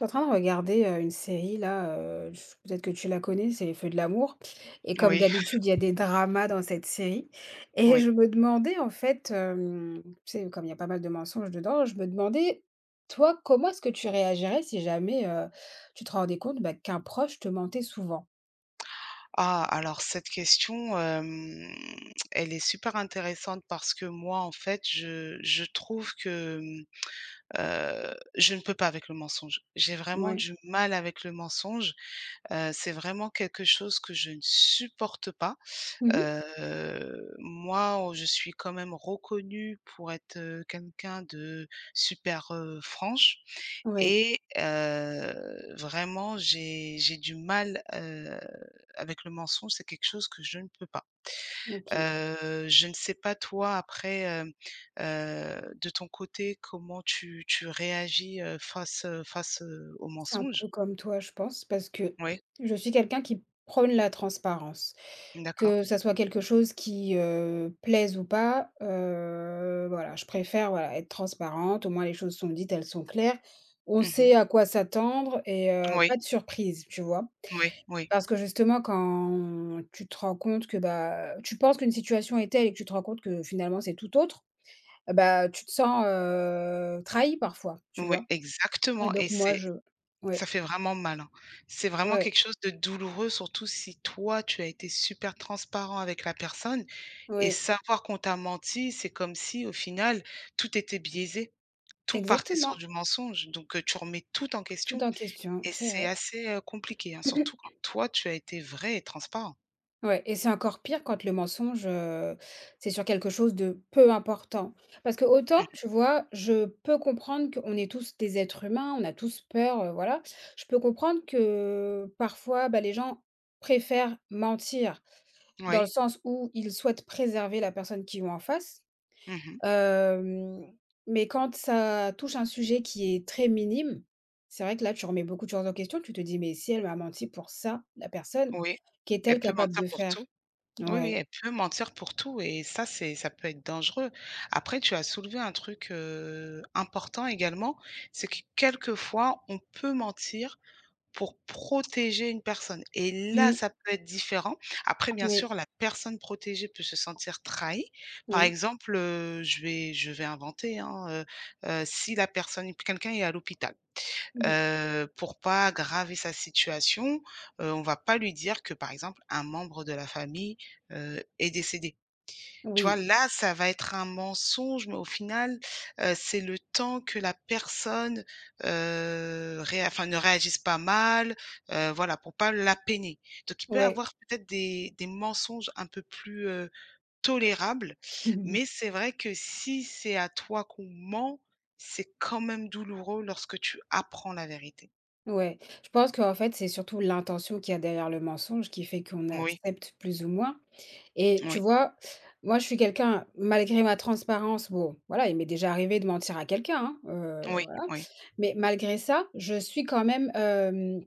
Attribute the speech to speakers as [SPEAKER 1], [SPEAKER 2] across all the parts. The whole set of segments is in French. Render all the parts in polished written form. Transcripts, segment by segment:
[SPEAKER 1] Je suis en train de regarder, une série là, j peut-être que tu la connais, c'est Les Feux de l'amour et comme
[SPEAKER 2] Oui,
[SPEAKER 1] d'habitude, il y a des dramas dans cette série et
[SPEAKER 2] oui.
[SPEAKER 1] je me demandais en fait, tu sais, comme il y a pas mal de mensonges dedans, je me demandais, toi, comment est-ce que tu réagirais si jamais, tu te rendais compte, bah, qu'un proche te mentait souvent?
[SPEAKER 2] Ah, alors cette question, elle est super intéressante parce que moi, en fait, je trouve que, je ne peux pas avec le mensonge. J'ai vraiment
[SPEAKER 1] Ouais.
[SPEAKER 2] du mal avec le mensonge. C'est vraiment quelque chose que je ne supporte pas.
[SPEAKER 1] Mmh.
[SPEAKER 2] Moi, oh, je suis quand même reconnue pour être, quelqu'un de super, franche.
[SPEAKER 1] Oui,
[SPEAKER 2] Et vraiment j'ai du mal, avec le mensonge, c'est quelque chose que je ne peux pas.
[SPEAKER 1] OK.
[SPEAKER 2] Je ne sais pas toi après, de ton côté comment tu réagis, face, au
[SPEAKER 1] C'est un
[SPEAKER 2] mensonge?
[SPEAKER 1] peu comme toi, je pense, parce que
[SPEAKER 2] Oui.
[SPEAKER 1] je suis quelqu'un qui prône la transparence.
[SPEAKER 2] D'accord.
[SPEAKER 1] Que ça soit quelque chose qui, plaise ou pas, voilà, je préfère, voilà, être transparente, au moins les choses sont dites, elles sont claires. On
[SPEAKER 2] Mmh mh.
[SPEAKER 1] sait à quoi s'attendre et
[SPEAKER 2] Oui,
[SPEAKER 1] pas de surprise, tu vois?
[SPEAKER 2] oui, oui,
[SPEAKER 1] Parce que justement quand tu te rends compte que, bah, tu penses qu'une situation est telle et que tu te rends compte que finalement c'est tout autre, bah, tu te sens, trahi parfois, tu
[SPEAKER 2] ouais,
[SPEAKER 1] vois? Et
[SPEAKER 2] exactement. Et
[SPEAKER 1] donc moi
[SPEAKER 2] c'est
[SPEAKER 1] je
[SPEAKER 2] Ça
[SPEAKER 1] Ouais,
[SPEAKER 2] fait vraiment mal, hein. C'est vraiment
[SPEAKER 1] ouais.
[SPEAKER 2] quelque chose de douloureux, surtout si toi, tu as été super transparent avec la personne et
[SPEAKER 1] Oui,
[SPEAKER 2] savoir qu'on t'a menti, c'est comme si au final, tout était biaisé, tout partait sur
[SPEAKER 1] exactement.
[SPEAKER 2] du mensonge, donc tu remets tout en
[SPEAKER 1] Tout
[SPEAKER 2] question
[SPEAKER 1] en question,
[SPEAKER 2] et
[SPEAKER 1] c'est
[SPEAKER 2] c'est
[SPEAKER 1] vrai.
[SPEAKER 2] assez, compliqué, hein, surtout quand toi, tu as été vrai et transparent.
[SPEAKER 1] Ouais, et c'est encore pire quand le mensonge, c'est sur quelque chose de peu important. Parce que autant,
[SPEAKER 2] Mmh.
[SPEAKER 1] tu vois, je peux comprendre qu'on est tous des êtres humains, on a tous peur, voilà. Je peux comprendre que parfois, bah, les gens préfèrent mentir dans le
[SPEAKER 2] Oui.
[SPEAKER 1] sens où ils souhaitent préserver la personne qu'ils ont en face.
[SPEAKER 2] Mmh.
[SPEAKER 1] Hem, mais quand ça touche un sujet qui est très minime, c'est vrai que là, tu remets beaucoup de choses en question. Tu te dis: «Mais si elle m'a menti pour ça, la personne,
[SPEAKER 2] Oui. Elle
[SPEAKER 1] qu'est-elle
[SPEAKER 2] peut
[SPEAKER 1] capable
[SPEAKER 2] mentir
[SPEAKER 1] de
[SPEAKER 2] pour
[SPEAKER 1] faire?»
[SPEAKER 2] tout. Oui, oui,
[SPEAKER 1] Ouais.
[SPEAKER 2] elle peut mentir pour tout et ça, c'est ça peut être dangereux. Après, tu as soulevé un truc important également, c'est que quelquefois, on peut mentir pour protéger une personne. Et là,
[SPEAKER 1] Mmh.
[SPEAKER 2] ça peut être différent. Après, bien
[SPEAKER 1] Oui,
[SPEAKER 2] sûr, la personne protégée peut se sentir trahie. Par
[SPEAKER 1] oui.
[SPEAKER 2] exemple, je vais inventer, hein, si la personne, quelqu'un est à l'hôpital
[SPEAKER 1] Mmh.
[SPEAKER 2] pour pas aggraver sa situation, on va pas lui dire que, par exemple, un membre de la famille, est décédé. Tu vois?
[SPEAKER 1] Oui,
[SPEAKER 2] Là, ça va être un mensonge, mais au final, c'est le temps que la personne, réa enfin, ne réagisse pas mal, voilà, pour pas la peiner. Donc il peut
[SPEAKER 1] ouais.
[SPEAKER 2] avoir peut-être des mensonges un peu plus, tolérables, mais c'est vrai que si c'est à toi qu'on ment, c'est quand même douloureux lorsque tu apprends la vérité.
[SPEAKER 1] Ouais. Je pense qu'en fait, c'est surtout l'intention qu'il y a derrière le mensonge qui fait qu'on
[SPEAKER 2] Oui,
[SPEAKER 1] accepte plus ou moins. Et tu
[SPEAKER 2] oui,
[SPEAKER 1] vois, moi, je suis quelqu'un, malgré ma transparence, bon, voilà, il m'est déjà arrivé de mentir à quelqu'un, hein,
[SPEAKER 2] oui,
[SPEAKER 1] voilà.
[SPEAKER 2] oui,
[SPEAKER 1] Mais malgré ça, je suis quand même,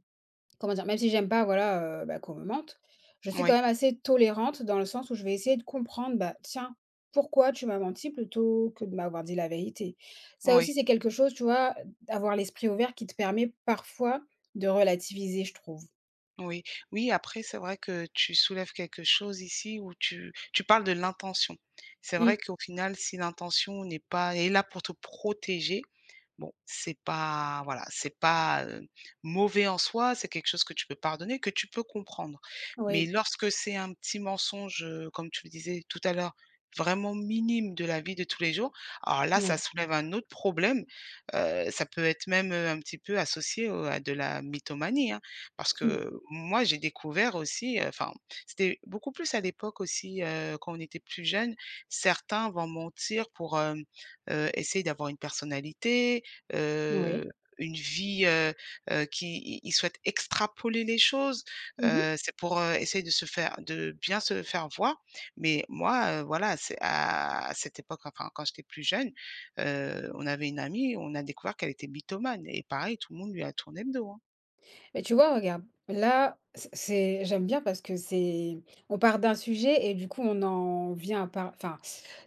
[SPEAKER 1] comment dire? Même si j'aime pas, voilà, bah, qu'on me mente, je suis quand
[SPEAKER 2] oui,
[SPEAKER 1] même assez tolérante dans le sens où je vais essayer de comprendre, bah, tiens, pourquoi tu m'as menti plutôt que de m'avoir dit la vérité? Ça aussi,
[SPEAKER 2] oui,
[SPEAKER 1] c'est quelque chose, tu vois, avoir l'esprit ouvert qui te permet parfois de relativiser, je trouve.
[SPEAKER 2] oui. Oui, après, c'est vrai que tu soulèves quelque chose ici où tu parles de l'intention. C'est
[SPEAKER 1] Mmh.
[SPEAKER 2] vrai qu'au final, si l'intention n'est pas, est là pour te protéger, bon, c'est pas, mauvais en soi, c'est quelque chose que tu peux pardonner, que tu peux comprendre. Mais
[SPEAKER 1] Oui,
[SPEAKER 2] lorsque c'est un petit mensonge, comme tu le disais tout à l'heure, vraiment minime de la vie de tous les jours, alors là, ça
[SPEAKER 1] oui.
[SPEAKER 2] soulève un autre problème. Ça peut être même, un petit peu associé au à de la mythomanie, hein. Parce
[SPEAKER 1] Mmh.
[SPEAKER 2] que moi, j'ai découvert aussi, enfin, c'était beaucoup plus à l'époque aussi, quand on était plus jeune, certains vont mentir pour, essayer d'avoir une personnalité, Heu,
[SPEAKER 1] Oui.
[SPEAKER 2] une vie, qui il souhaite extrapoler les choses,
[SPEAKER 1] Mmh.
[SPEAKER 2] c'est pour, essayer de se faire de bien se faire voir. Mais moi, voilà, c'est à cette époque, enfin, quand j'étais plus jeune, on avait une amie, on a découvert qu'elle était mythomane et pareil, tout le monde lui a tourné le dos, hein.
[SPEAKER 1] Mais tu vois, regarde, là, c'est, j'aime bien parce que c'est, on part d'un sujet et du coup, on en vient enfin,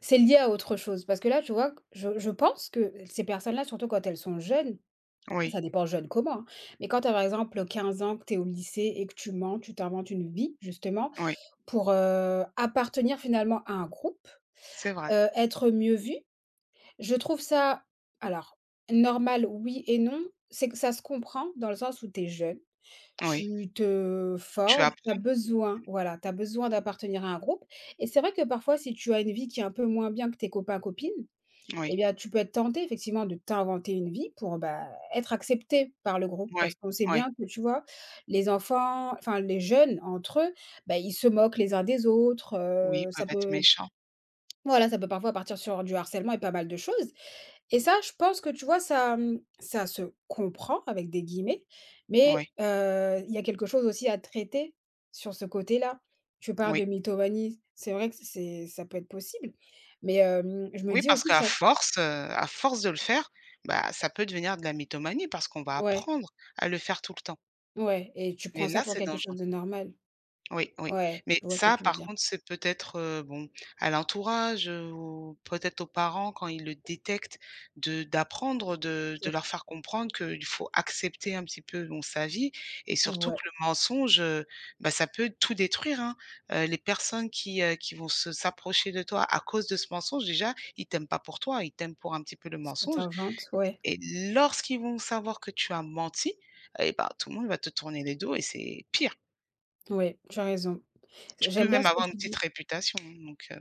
[SPEAKER 1] c'est lié à autre chose. Parce que là, tu vois, je pense que ces personnes-là, surtout quand elles sont jeunes, ça
[SPEAKER 2] Oui,
[SPEAKER 1] dépend jeune comment, hein, mais quand tu as par exemple 15 ans, que tu es au lycée et que tu mens, tu t'inventes une vie, justement,
[SPEAKER 2] oui,
[SPEAKER 1] pour appartenir finalement à un groupe,
[SPEAKER 2] c'est vrai.
[SPEAKER 1] euh, être mieux vu, je trouve ça, alors, normal, oui et non, c'est que ça se comprend dans le sens où tu es jeune,
[SPEAKER 2] Oui,
[SPEAKER 1] tu te
[SPEAKER 2] tu
[SPEAKER 1] forges, tu as
[SPEAKER 2] apprends,
[SPEAKER 1] besoin, voilà, tu as besoin d'appartenir à un groupe et c'est vrai que parfois, si tu as une vie qui est un peu moins bien que tes copains, copines, eh
[SPEAKER 2] oui,
[SPEAKER 1] bien, tu peux être tenté effectivement de t'inventer une vie pour, bah, être accepté par le groupe.
[SPEAKER 2] oui,
[SPEAKER 1] Parce qu'on sait
[SPEAKER 2] oui.
[SPEAKER 1] bien que, tu vois, les enfants, enfin les jeunes entre eux, bah, ils se moquent les uns des autres,
[SPEAKER 2] Oui, ils
[SPEAKER 1] heu,
[SPEAKER 2] peuvent
[SPEAKER 1] ça
[SPEAKER 2] être
[SPEAKER 1] peut
[SPEAKER 2] méchants.
[SPEAKER 1] voilà, ça peut parfois partir sur du harcèlement et pas mal de choses. Et ça, je pense que tu vois, ça se «comprend» avec des guillemets, mais
[SPEAKER 2] Oui,
[SPEAKER 1] il y a quelque chose aussi à traiter sur ce côté-là. Tu parles de
[SPEAKER 2] oui.
[SPEAKER 1] mythomanie, c'est vrai que c'est ça peut être possible, mais je me
[SPEAKER 2] Oui,
[SPEAKER 1] dis
[SPEAKER 2] parce
[SPEAKER 1] aussi que
[SPEAKER 2] qu'à
[SPEAKER 1] ça.
[SPEAKER 2] force, à force de le faire, bah, ça peut devenir de la mythomanie parce qu'on va
[SPEAKER 1] Ouais,
[SPEAKER 2] apprendre à le faire tout le temps
[SPEAKER 1] ouais, et tu
[SPEAKER 2] et
[SPEAKER 1] prends ça
[SPEAKER 2] là,
[SPEAKER 1] pour
[SPEAKER 2] c'est
[SPEAKER 1] quelque
[SPEAKER 2] dangereux.
[SPEAKER 1] chose de normal.
[SPEAKER 2] Oui, oui.
[SPEAKER 1] Ouais,
[SPEAKER 2] Mais
[SPEAKER 1] je vois ce que
[SPEAKER 2] ça,
[SPEAKER 1] tu veux
[SPEAKER 2] par
[SPEAKER 1] dire.
[SPEAKER 2] contre, c'est peut-être, bon, à l'entourage, ou peut-être aux parents quand ils le détectent, de d'apprendre, de
[SPEAKER 1] C'est
[SPEAKER 2] leur faire comprendre qu'il faut accepter un petit peu, bon, sa vie et surtout que
[SPEAKER 1] Ouais,
[SPEAKER 2] le mensonge, bah, ça peut tout détruire, hein. Les personnes qui, vont se s'approcher de toi à cause de ce mensonge, déjà, ils t'aiment pas pour toi, ils t'aiment pour un petit peu le
[SPEAKER 1] ce que tu
[SPEAKER 2] mensonge
[SPEAKER 1] inventes, ouais,
[SPEAKER 2] et lorsqu'ils vont savoir que tu as menti et bah, tout le monde va te tourner les dos et c'est pire.
[SPEAKER 1] ouais, tu as raison.
[SPEAKER 2] Tu peux
[SPEAKER 1] J'aime bien
[SPEAKER 2] même
[SPEAKER 1] ce que
[SPEAKER 2] avoir une
[SPEAKER 1] tu
[SPEAKER 2] petite
[SPEAKER 1] dis.
[SPEAKER 2] réputation, hein, donc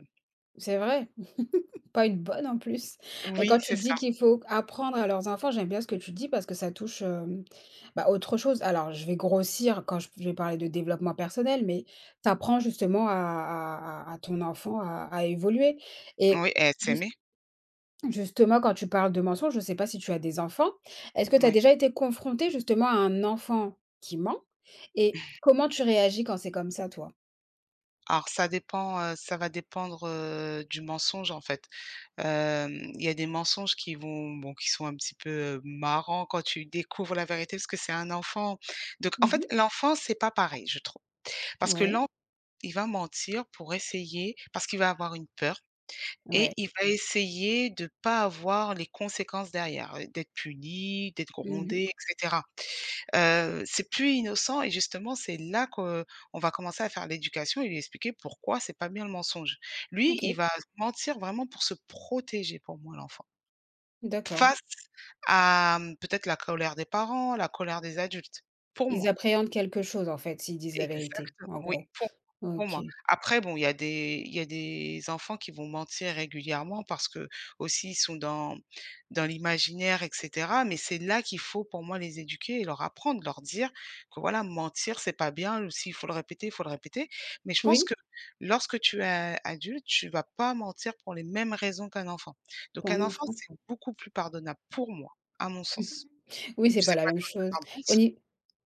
[SPEAKER 1] C'est vrai. Pas une bonne en plus. Mais
[SPEAKER 2] oui,
[SPEAKER 1] quand tu
[SPEAKER 2] c'est
[SPEAKER 1] dis
[SPEAKER 2] ça.
[SPEAKER 1] qu'il faut apprendre à leurs enfants, j'aime bien ce que tu dis parce que ça touche, bah, autre chose. Alors je vais grossir quand je vais parler de développement personnel, mais tu apprends justement à ton enfant à évoluer et
[SPEAKER 2] Oui, et être
[SPEAKER 1] jus
[SPEAKER 2] aimé,
[SPEAKER 1] justement quand tu parles de mensonges, je ne sais pas si tu as des enfants. Est-ce que tu as
[SPEAKER 2] oui.
[SPEAKER 1] déjà été confrontée justement à un enfant qui ment et comment tu réagis quand c'est comme ça, toi?
[SPEAKER 2] Alors ça dépend, ça va dépendre, du mensonge, en fait. Hem, il y a des mensonges qui qui sont un petit peu, marrants quand tu découvres la vérité parce que c'est un enfant. Donc en fait, l'enfant, c'est pas pareil, je trouve. Parce que
[SPEAKER 1] Ouais,
[SPEAKER 2] il va mentir pour essayer parce qu'il va avoir une peur et
[SPEAKER 1] ouais.
[SPEAKER 2] il va essayer de pas avoir les conséquences derrière, d'être puni, d'être
[SPEAKER 1] Mmh.
[SPEAKER 2] grondé et cetera. C'est plus innocent et justement, c'est là qu'on va commencer à faire l'éducation et lui expliquer pourquoi c'est pas bien le mensonge. Lui, il
[SPEAKER 1] OK,
[SPEAKER 2] va mentir vraiment pour se protéger pour moi, l'enfant,
[SPEAKER 1] d'accord.
[SPEAKER 2] face à, peut-être la colère des parents, la colère des adultes, pour
[SPEAKER 1] Ils
[SPEAKER 2] moi
[SPEAKER 1] appréhendent quelque chose, en fait, s'ils disent la vérité,
[SPEAKER 2] exact
[SPEAKER 1] en
[SPEAKER 2] oui,
[SPEAKER 1] gros.
[SPEAKER 2] pour
[SPEAKER 1] OK.
[SPEAKER 2] moi. Après bon, il y a des enfants qui vont mentir régulièrement parce que aussi ils sont dans l'imaginaire et cetera, mais c'est là qu'il faut pour moi les éduquer et leur apprendre, leur dire que voilà, mentir, c'est pas bien, s'il faut le répéter, il faut le répéter. Mais je pense
[SPEAKER 1] Oui,
[SPEAKER 2] que lorsque tu es adulte, tu vas pas mentir pour les mêmes raisons qu'un enfant.
[SPEAKER 1] tu
[SPEAKER 2] Donc
[SPEAKER 1] as
[SPEAKER 2] un
[SPEAKER 1] un
[SPEAKER 2] enfant,
[SPEAKER 1] enfant.
[SPEAKER 2] c'est beaucoup plus pardonnable pour moi, à mon sens.
[SPEAKER 1] Oui, c'est
[SPEAKER 2] Je
[SPEAKER 1] pas
[SPEAKER 2] sais
[SPEAKER 1] la
[SPEAKER 2] pas
[SPEAKER 1] même
[SPEAKER 2] toi ce que
[SPEAKER 1] chose.
[SPEAKER 2] tu en
[SPEAKER 1] Au
[SPEAKER 2] penses?
[SPEAKER 1] ni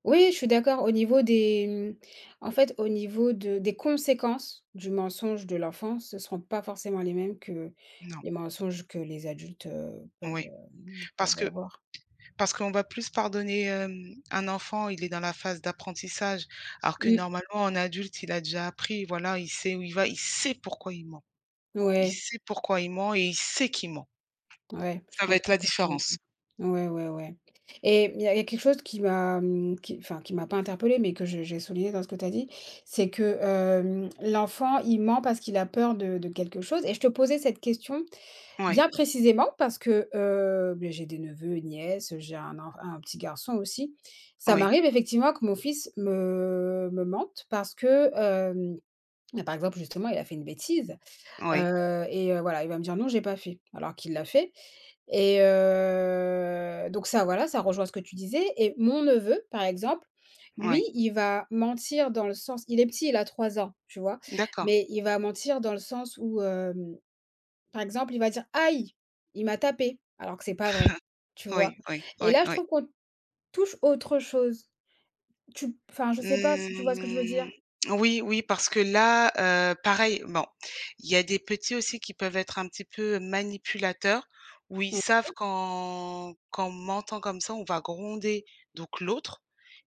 [SPEAKER 1] Oui, je suis d'accord, au niveau des mmh, en fait, au niveau de des conséquences du mensonge de l'enfant, ce ne seront pas forcément les mêmes que
[SPEAKER 2] Non,
[SPEAKER 1] les mensonges que les adultes, peuvent,
[SPEAKER 2] oui.
[SPEAKER 1] hem,
[SPEAKER 2] Parce
[SPEAKER 1] peuvent
[SPEAKER 2] que
[SPEAKER 1] avoir.
[SPEAKER 2] Parce qu'on va plus pardonner, un enfant, il est dans la phase d'apprentissage, alors que
[SPEAKER 1] Oui.
[SPEAKER 2] normalement un adulte, il a déjà appris, voilà, il sait où il va, il sait pourquoi il ment. Il
[SPEAKER 1] Ouais.
[SPEAKER 2] sait pourquoi il ment et il sait qu'il ment.
[SPEAKER 1] Ouais, je
[SPEAKER 2] Ça va être
[SPEAKER 1] comprends
[SPEAKER 2] la
[SPEAKER 1] ce que tu veux
[SPEAKER 2] différence.
[SPEAKER 1] dire. Ouais, ouais, ouais. Et il y a quelque chose qui m'a, qui enfin qui m'a pas interpellée, mais que je j'ai souligné dans ce que tu as dit, c'est que, l'enfant, il ment parce qu'il a peur de quelque chose et je te posais cette question
[SPEAKER 2] Oui,
[SPEAKER 1] bien précisément parce que, beh, j'ai des neveux nièces, j'ai un petit garçon aussi. Ça
[SPEAKER 2] oui,
[SPEAKER 1] m'arrive effectivement que mon fils me mente parce que, bah, par exemple, justement, il a fait une bêtise.
[SPEAKER 2] oui,
[SPEAKER 1] Voilà, il va me dire: «Non, j'ai pas fait», alors qu'il l'a fait et donc ça, voilà, ça rejoint ce que tu disais et mon neveu, par exemple, lui,
[SPEAKER 2] oui.
[SPEAKER 1] il va mentir dans le sens il est petit, il a 3 ans, tu vois?
[SPEAKER 2] D'accord.
[SPEAKER 1] Mais il va mentir dans le sens où, par exemple, il va dire: «Aïe, il m'a tapé», alors que c'est pas vrai, tu vois?
[SPEAKER 2] Oui, oui,
[SPEAKER 1] Et
[SPEAKER 2] oui,
[SPEAKER 1] là, je
[SPEAKER 2] oui.
[SPEAKER 1] trouve qu'on touche autre chose. Tu Enfin, je sais pas si tu vois ce que je veux
[SPEAKER 2] Mmh,
[SPEAKER 1] dire?
[SPEAKER 2] oui, oui, parce que là, pareil, bon, il y a des petits aussi qui peuvent être un petit peu manipulateurs, où ils
[SPEAKER 1] O
[SPEAKER 2] savent qu'en mentant comme ça, on va gronder donc l'autre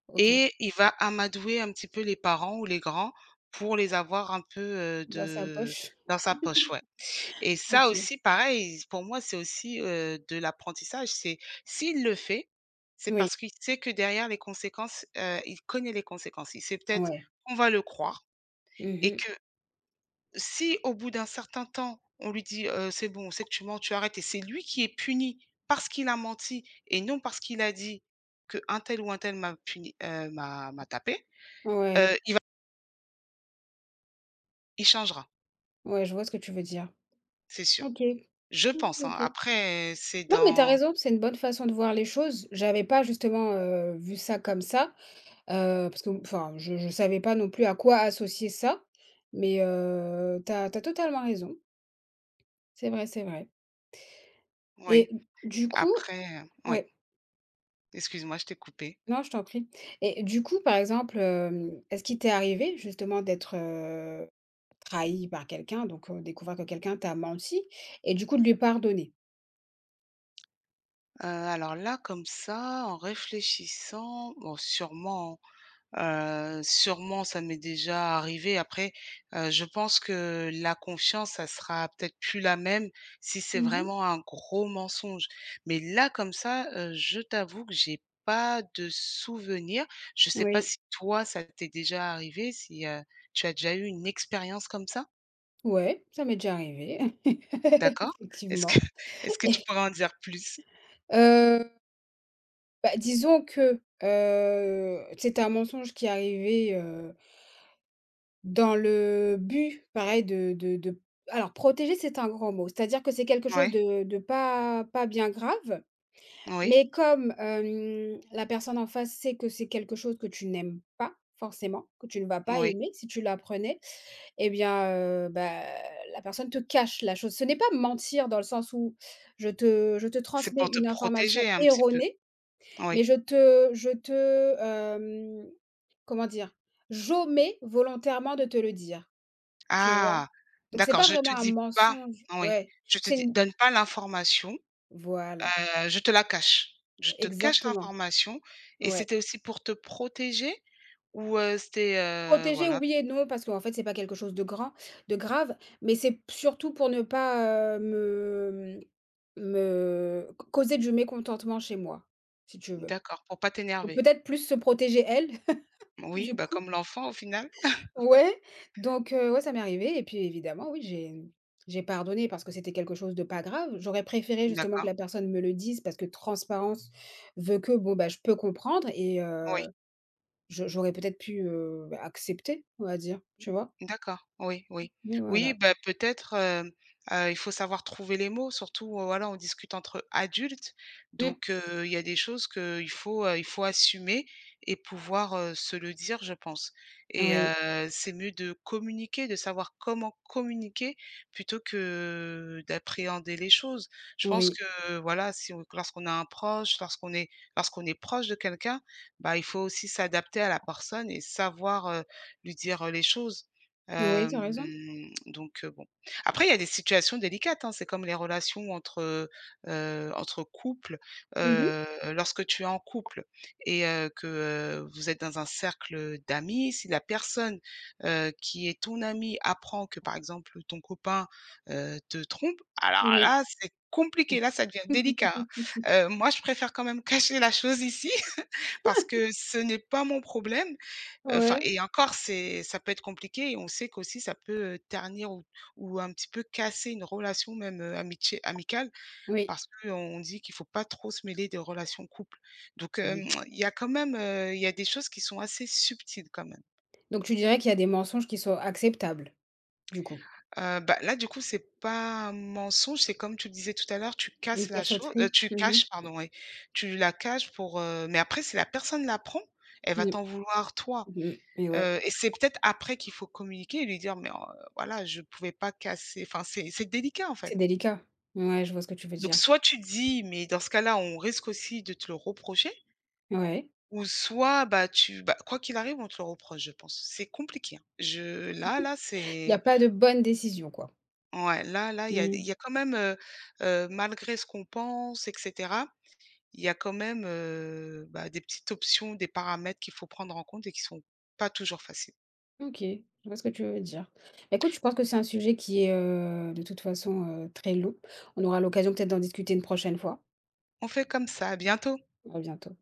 [SPEAKER 1] OK,
[SPEAKER 2] et il va amadouer un petit peu les parents ou les grands pour les avoir un peu,
[SPEAKER 1] dans sa
[SPEAKER 2] de
[SPEAKER 1] poche.
[SPEAKER 2] dans sa poche, ouais. Et ça
[SPEAKER 1] OK.
[SPEAKER 2] aussi, pareil, pour moi, c'est aussi, de l'apprentissage. C'est S'il le fait, c'est
[SPEAKER 1] Oui,
[SPEAKER 2] parce qu'il sait que derrière les conséquences, il connaît les conséquences. Il sait peut-être
[SPEAKER 1] ouais.
[SPEAKER 2] qu'on va le croire et
[SPEAKER 1] Mmh.
[SPEAKER 2] que si au bout d'un certain temps, on lui dit: C'est bon, on sait que tu mens, tu arrêtes» et c'est lui qui est puni parce qu'il a menti et non parce qu'il a dit que un tel ou un tel m'a puni, m'a tapé, heu,
[SPEAKER 1] Ouais.
[SPEAKER 2] il va il changera,
[SPEAKER 1] Ouais, je vois ce que tu veux dire.
[SPEAKER 2] c'est sûr.
[SPEAKER 1] OK.
[SPEAKER 2] Je
[SPEAKER 1] OK,
[SPEAKER 2] pense, hein.
[SPEAKER 1] OK.
[SPEAKER 2] Après, c'est
[SPEAKER 1] Non, mais t'as
[SPEAKER 2] dans
[SPEAKER 1] raison, c'est une bonne façon de voir les choses. J'avais pas justement, vu ça comme ça, parce que enfin, je savais pas non plus à quoi associer ça, mais t'as as totalement raison. C'est vrai, c'est vrai, et
[SPEAKER 2] oui,
[SPEAKER 1] du coup
[SPEAKER 2] après, oui.
[SPEAKER 1] ouais,
[SPEAKER 2] Excuse-moi, je t'ai coupé.
[SPEAKER 1] non, je t'en prie, et du coup, par exemple, est-ce qu'il t'est arrivé justement d'être, trahi par quelqu'un, donc découvrir que quelqu'un t'a menti et du coup de lui pardonner?
[SPEAKER 2] Alors là, comme ça, en réfléchissant, bon, sûrement ça m'est déjà arrivé. Après, je pense que la confiance, ça sera peut-être plus la même si c'est
[SPEAKER 1] Mmh.
[SPEAKER 2] vraiment un gros mensonge. Mais là, comme ça, je t'avoue que j'ai pas de souvenir. Je sais pas
[SPEAKER 1] Oui.
[SPEAKER 2] si toi, ça t'est déjà arrivé, si, tu as déjà eu une expérience comme ça?
[SPEAKER 1] Ouais, ça m'est déjà arrivé,
[SPEAKER 2] D'accord. Est-ce que
[SPEAKER 1] effectivement.
[SPEAKER 2] est-ce que tu pourrais en dire plus?
[SPEAKER 1] Heu, Bah, disons que, c'était un mensonge qui arrivait, dans le but, pareil, de alors protéger, c'est un grand mot. C'est-à-dire que c'est quelque chose
[SPEAKER 2] Ouais.
[SPEAKER 1] de pas bien grave.
[SPEAKER 2] Oui.
[SPEAKER 1] Mais comme, la personne en face sait que c'est quelque chose que tu n'aimes pas forcément, que tu ne vas pas
[SPEAKER 2] Oui.
[SPEAKER 1] aimer si tu l'apprenais et bien, bah, la personne te cache la chose. Ce n'est pas mentir dans le sens où je te
[SPEAKER 2] C'est
[SPEAKER 1] transmets
[SPEAKER 2] pour te
[SPEAKER 1] une information
[SPEAKER 2] protéger un petit peu?
[SPEAKER 1] erronée,
[SPEAKER 2] Oui.
[SPEAKER 1] mais je te, comment dire? J'omets volontairement de te le dire, tu vois?
[SPEAKER 2] Ah!
[SPEAKER 1] Donc c'est
[SPEAKER 2] D'accord,
[SPEAKER 1] pas
[SPEAKER 2] je te
[SPEAKER 1] vraiment un
[SPEAKER 2] dis pas
[SPEAKER 1] mensonge.
[SPEAKER 2] oui,
[SPEAKER 1] Ouais,
[SPEAKER 2] je te
[SPEAKER 1] c'est
[SPEAKER 2] dis
[SPEAKER 1] une
[SPEAKER 2] donne pas l'information,
[SPEAKER 1] voilà,
[SPEAKER 2] je te la cache. Je te cache
[SPEAKER 1] exactement,
[SPEAKER 2] l'information et
[SPEAKER 1] ouais.
[SPEAKER 2] c'était aussi pour te protéger ou, c'était,
[SPEAKER 1] Protéger,
[SPEAKER 2] voilà,
[SPEAKER 1] oui et non, parce qu'en fait, c'est pas quelque chose de grave, mais c'est surtout pour ne pas, me me c causer du mécontentement chez moi, si tu veux.
[SPEAKER 2] d'accord, pour pas
[SPEAKER 1] Donc
[SPEAKER 2] t'énerver?
[SPEAKER 1] peut-être plus se protéger elle,
[SPEAKER 2] Oui,
[SPEAKER 1] du
[SPEAKER 2] bah,
[SPEAKER 1] coup.
[SPEAKER 2] comme l'enfant au final.
[SPEAKER 1] Ouais, donc ouais, ça m'est arrivé et puis évidemment, oui, j'ai pardonné parce que c'était quelque chose de pas grave. J'aurais préféré justement que
[SPEAKER 2] D'accord,
[SPEAKER 1] la personne me le dise parce que transparence veut que, bon, bah, je peux comprendre et
[SPEAKER 2] oui.
[SPEAKER 1] je j'aurais peut-être pu, bah, accepter, on va dire, tu vois?
[SPEAKER 2] D'accord, oui, oui.
[SPEAKER 1] Mais
[SPEAKER 2] Oui,
[SPEAKER 1] voilà.
[SPEAKER 2] bah, peut-être, il faut savoir trouver les mots, surtout, voilà, on discute entre adultes,
[SPEAKER 1] Mmh.
[SPEAKER 2] donc il y a des choses que il faut assumer et pouvoir, se le dire, je pense et
[SPEAKER 1] Oui,
[SPEAKER 2] c'est mieux de communiquer, de savoir comment communiquer plutôt que d'appréhender les choses. Je pense
[SPEAKER 1] oui.
[SPEAKER 2] que, voilà, si on lorsqu'on a un proche, lorsqu'on est proche de quelqu'un, bah, il faut aussi s'adapter à la personne et savoir, lui dire, les choses.
[SPEAKER 1] Oui,
[SPEAKER 2] Hem,
[SPEAKER 1] tu as raison.
[SPEAKER 2] donc bon. Après, il y a des situations délicates, hein, c'est comme les relations entre couples.
[SPEAKER 1] Mmh.
[SPEAKER 2] Heu, Lorsque tu es en couple et que, vous êtes dans un cercle, d'amis, si la personne, qui est ton ami apprend que, par exemple, ton copain, te trompe, alors
[SPEAKER 1] Oui.
[SPEAKER 2] là, c'est compliqué, là, ça devient délicat, hein. Moi, je préfère quand même cacher la chose ici parce que ce n'est pas mon problème enfin
[SPEAKER 1] Ouais.
[SPEAKER 2] et encore c'est ça peut être compliqué et on sait qu'aussi ça peut, ternir ou un petit peu casser une relation même, amitié amicale
[SPEAKER 1] Oui,
[SPEAKER 2] parce qu'on dit qu'il faut pas trop se mêler des relations de couple. Donc
[SPEAKER 1] oui.
[SPEAKER 2] il y a quand même, il y a des choses qui sont assez subtiles quand même.
[SPEAKER 1] Donc tu dirais qu'il y a des mensonges qui sont acceptables, du coup?
[SPEAKER 2] Bah, là du coup c'est pas un mensonge, c'est comme tu le disais tout à l'heure, tu
[SPEAKER 1] Une
[SPEAKER 2] casses la chose,
[SPEAKER 1] cachotterie?
[SPEAKER 2] tu
[SPEAKER 1] Mmh mh.
[SPEAKER 2] caches pardon, oui, tu la caches pour, mais après si la personne l'apprend, elle va
[SPEAKER 1] Mmh.
[SPEAKER 2] t'en vouloir toi.
[SPEAKER 1] Mmh. Ouais,
[SPEAKER 2] Et c'est peut-être après qu'il faut communiquer et lui dire: «Mais, voilà, je pouvais pas casser» enfin, c'est délicat, en
[SPEAKER 1] c'est
[SPEAKER 2] fait.
[SPEAKER 1] délicat. Ouais, je vois ce que tu veux
[SPEAKER 2] Donc
[SPEAKER 1] dire.
[SPEAKER 2] soit tu dis, mais dans ce cas-là, on risque aussi de te le reprocher
[SPEAKER 1] Ouais.
[SPEAKER 2] ou soit, bah, quoi qu'il arrive, on te le reproche, je pense. C'est compliqué, hein. Je Là là,
[SPEAKER 1] Il y a
[SPEAKER 2] c'est
[SPEAKER 1] pas de bonne décision, quoi?
[SPEAKER 2] ouais, là là, il y a il
[SPEAKER 1] Mmh.
[SPEAKER 2] y a quand même, malgré ce qu'on pense et cetera, il y a quand même, bah, des petites options, des paramètres qu'il faut prendre en compte et qui sont pas toujours faciles.
[SPEAKER 1] OK, je vois ce que tu veux dire. Bah, écoute, je pense que c'est un sujet qui est, de toute façon, très long. On aura l'occasion peut-être d'en discuter une prochaine fois.
[SPEAKER 2] On fait comme ça, à bientôt.
[SPEAKER 1] À bientôt.